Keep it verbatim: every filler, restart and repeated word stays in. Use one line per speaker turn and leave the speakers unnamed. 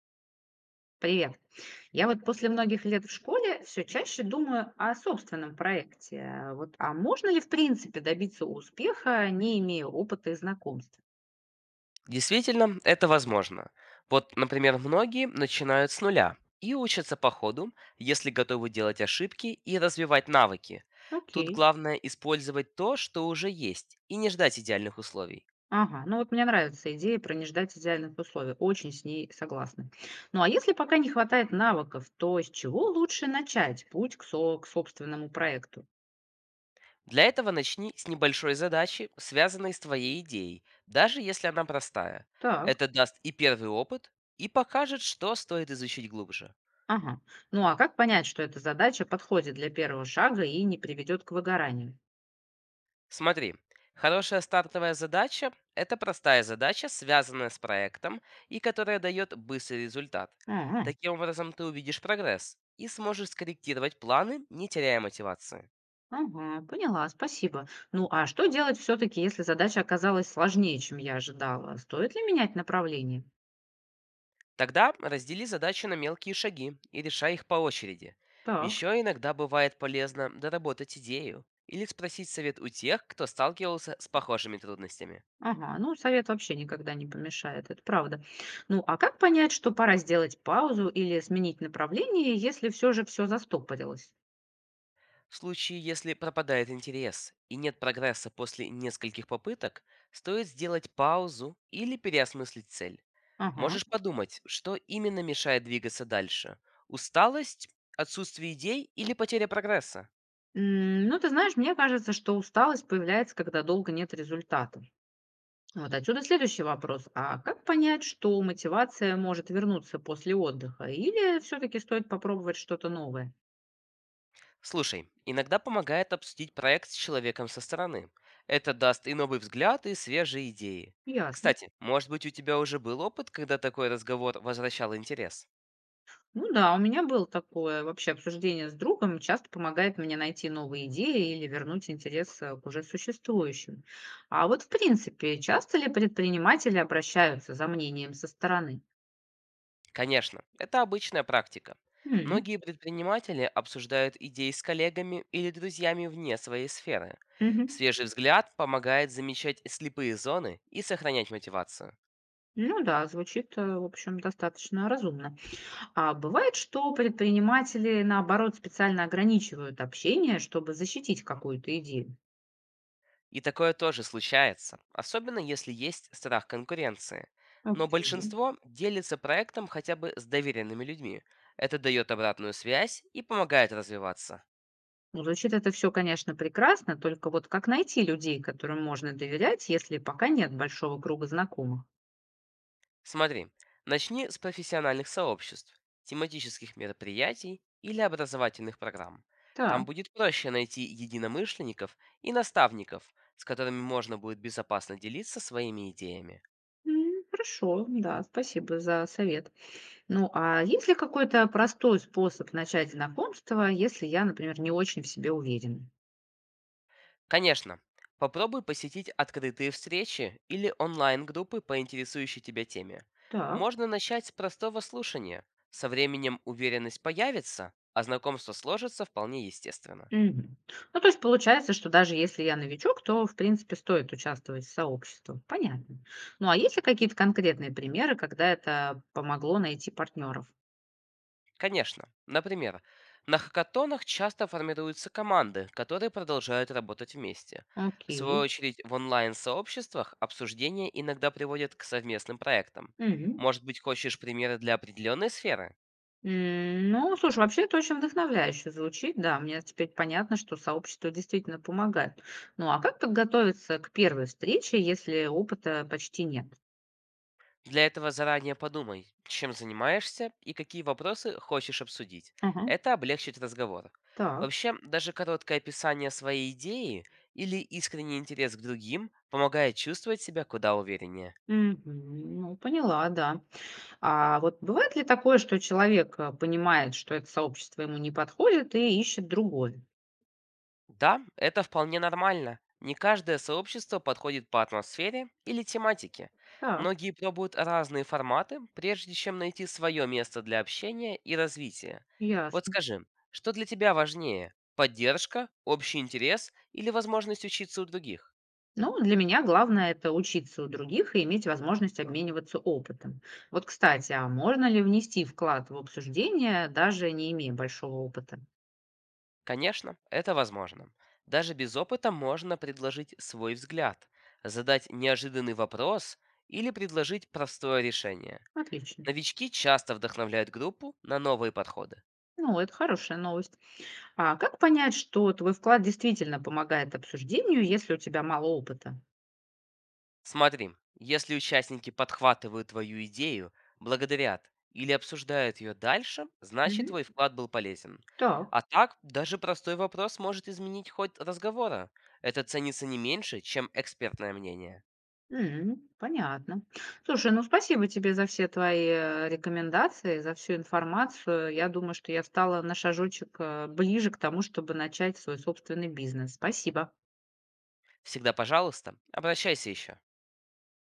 Привет. Я вот после многих лет в школе все чаще думаю о собственном проекте. А Вот, а можно ли в принципе добиться успеха, не имея опыта и знакомств?
Действительно, это возможно. Вот, например, многие начинают с нуля и учатся по ходу, если готовы делать ошибки и развивать навыки. Тут
Окей.
главное использовать то, что уже есть, и не ждать идеальных условий.
Ага, ну вот мне нравится идея про не ждать идеальных условий. Очень с ней согласна. Ну, а если пока не хватает навыков, то с чего лучше начать путь к, со- к собственному проекту?
Для этого начни с небольшой задачи, связанной с твоей идеей, даже если она простая.
Так,
Это даст и первый опыт, и покажет, что стоит изучить глубже.
ага. Ну, а как понять, что эта задача подходит для первого шага и не приведет к выгоранию?
Смотри, хорошая стартовая задача– это простая задача, связанная с проектом и которая дает быстрый результат.
Ага.
Таким образом, ты увидишь прогресс и сможешь скорректировать планы, не теряя мотивации.
Ага, поняла, спасибо. Ну, а что делать все-таки, если задача оказалась сложнее, чем я ожидала? Стоит ли менять направление?
Тогда раздели задачи на мелкие шаги и решай их по очереди.
Так,
Еще иногда бывает полезно доработать идею или спросить совет у тех, кто сталкивался с похожими трудностями.
ага, ну, совет вообще никогда не помешает, это правда. Ну, а как понять, что пора сделать паузу или сменить направление, если все же все застопорилось?
В случае, если пропадает интерес и нет прогресса после нескольких попыток, стоит сделать паузу или переосмыслить цель.
Ага.
Можешь подумать, что именно мешает двигаться дальше. Усталость, отсутствие идей или потеря прогресса.
М, Ну, ты знаешь, мне кажется, что усталость появляется, когда долго нет результата. Вот отсюда следующий вопрос. А как понять, что мотивация может вернуться после отдыха? Или все-таки стоит попробовать что-то новое?
Слушай, иногда помогает обсудить проект с человеком со стороны. Это даст и новый взгляд, и свежие идеи.
Ясно.
Кстати, может быть у тебя уже был опыт, когда такой разговор возвращал интерес?
Ну да, у меня было такое вообще обсуждение с другом, часто помогает мне найти новые идеи или вернуть интерес э, к уже существующим. А вот в принципе, часто ли предприниматели обращаются за мнением со стороны?
Конечно, это обычная практика.
М,
Многие предприниматели обсуждают идеи с коллегами или друзьями вне своей сферы.
мгм.
Свежий взгляд помогает замечать слепые зоны и сохранять мотивацию.
Ну да, звучит, э, в общем, достаточно разумно. А бывает, что предприниматели, наоборот, специально ограничивают общение, чтобы защитить какую-то идею.
И такое тоже случается, особенно если есть страх конкуренции. Но
Окей.
большинство делится проектом хотя бы с доверенными людьми. Это дает обратную связь и помогает развиваться.
Ну, звучит это все, конечно, прекрасно, только вот как найти людей, которым можно доверять, если пока нет большого круга знакомых?
Смотри, начни с профессиональных сообществ, тематических мероприятий или образовательных программ. Там
Так.
будет проще найти единомышленников и наставников, с которыми можно будет безопасно делиться своими идеями.
М, Хорошо, да, спасибо за совет. Ну, а есть ли какой-то простой способ начать знакомство, если я, например, не очень в себе уверена?
Конечно, попробуй посетить открытые встречи или онлайн-группы по интересующей тебя теме.
Так.
Можно начать с простого слушания. Со временем уверенность появится, а знакомство сложится вполне естественно.
Мгм. Ну, то есть получается, что даже если я новичок, то, в принципе, стоит участвовать в сообществе. Понятно. Ну, а есть ли какие-то конкретные примеры, когда это помогло найти партнеров?
Конечно. Например, на хакатонах часто формируются команды, которые продолжают работать вместе. В свою
Окей.
очередь, в онлайн-сообществах обсуждения иногда приводят к совместным проектам.
Мгм.
Может быть, хочешь примеры для определенной сферы?
М, Ну, слушай, вообще это очень вдохновляюще звучит, да, мне теперь понятно, что сообщество действительно помогает. Ну, а как подготовиться к первой встрече, если опыта почти нет?
Для этого заранее подумай, чем занимаешься и какие вопросы хочешь обсудить.
Ага.
Это облегчит разговор.
Так.
Вообще, даже короткое описание своей идеи или искренний интерес к другим помогает чувствовать себя куда увереннее.
Мгм. Ну, поняла, да. А вот бывает ли такое, что человек э, понимает, что это сообщество ему не подходит и ищет другое?
Да, это вполне нормально. Не каждое сообщество подходит по атмосфере или тематике.
Так,
Многие пробуют разные форматы, прежде чем найти свое место для общения и развития. Вот
ясно.
скажи, что для тебя важнее? Поддержка, общий интерес или возможность учиться у других?
Ну, для меня главное это учиться у других и иметь возможность обмениваться опытом. Вот, кстати, а можно ли внести вклад в обсуждение, даже не имея большого опыта?
Конечно, это возможно. Даже без опыта можно предложить свой взгляд, задать неожиданный вопрос или предложить простое решение.
Отлично.
Новички часто вдохновляют группу на новые подходы.
Ну, это хорошая новость. А как понять, что твой вклад действительно помогает обсуждению, если у тебя мало опыта?
Смотри, если участники подхватывают твою идею, благодарят или обсуждают ее дальше, значит
Мгм.
твой вклад был полезен.
Так.
А так, даже простой вопрос может изменить ход разговора. Это ценится не меньше, чем экспертное мнение.
М, понятно. Слушай, ну спасибо тебе за все твои э, рекомендации, за всю информацию. Я думаю, что я стала на шажочек э, ближе к тому, чтобы начать свой собственный бизнес. Спасибо.
Всегда, пожалуйста, обращайся еще.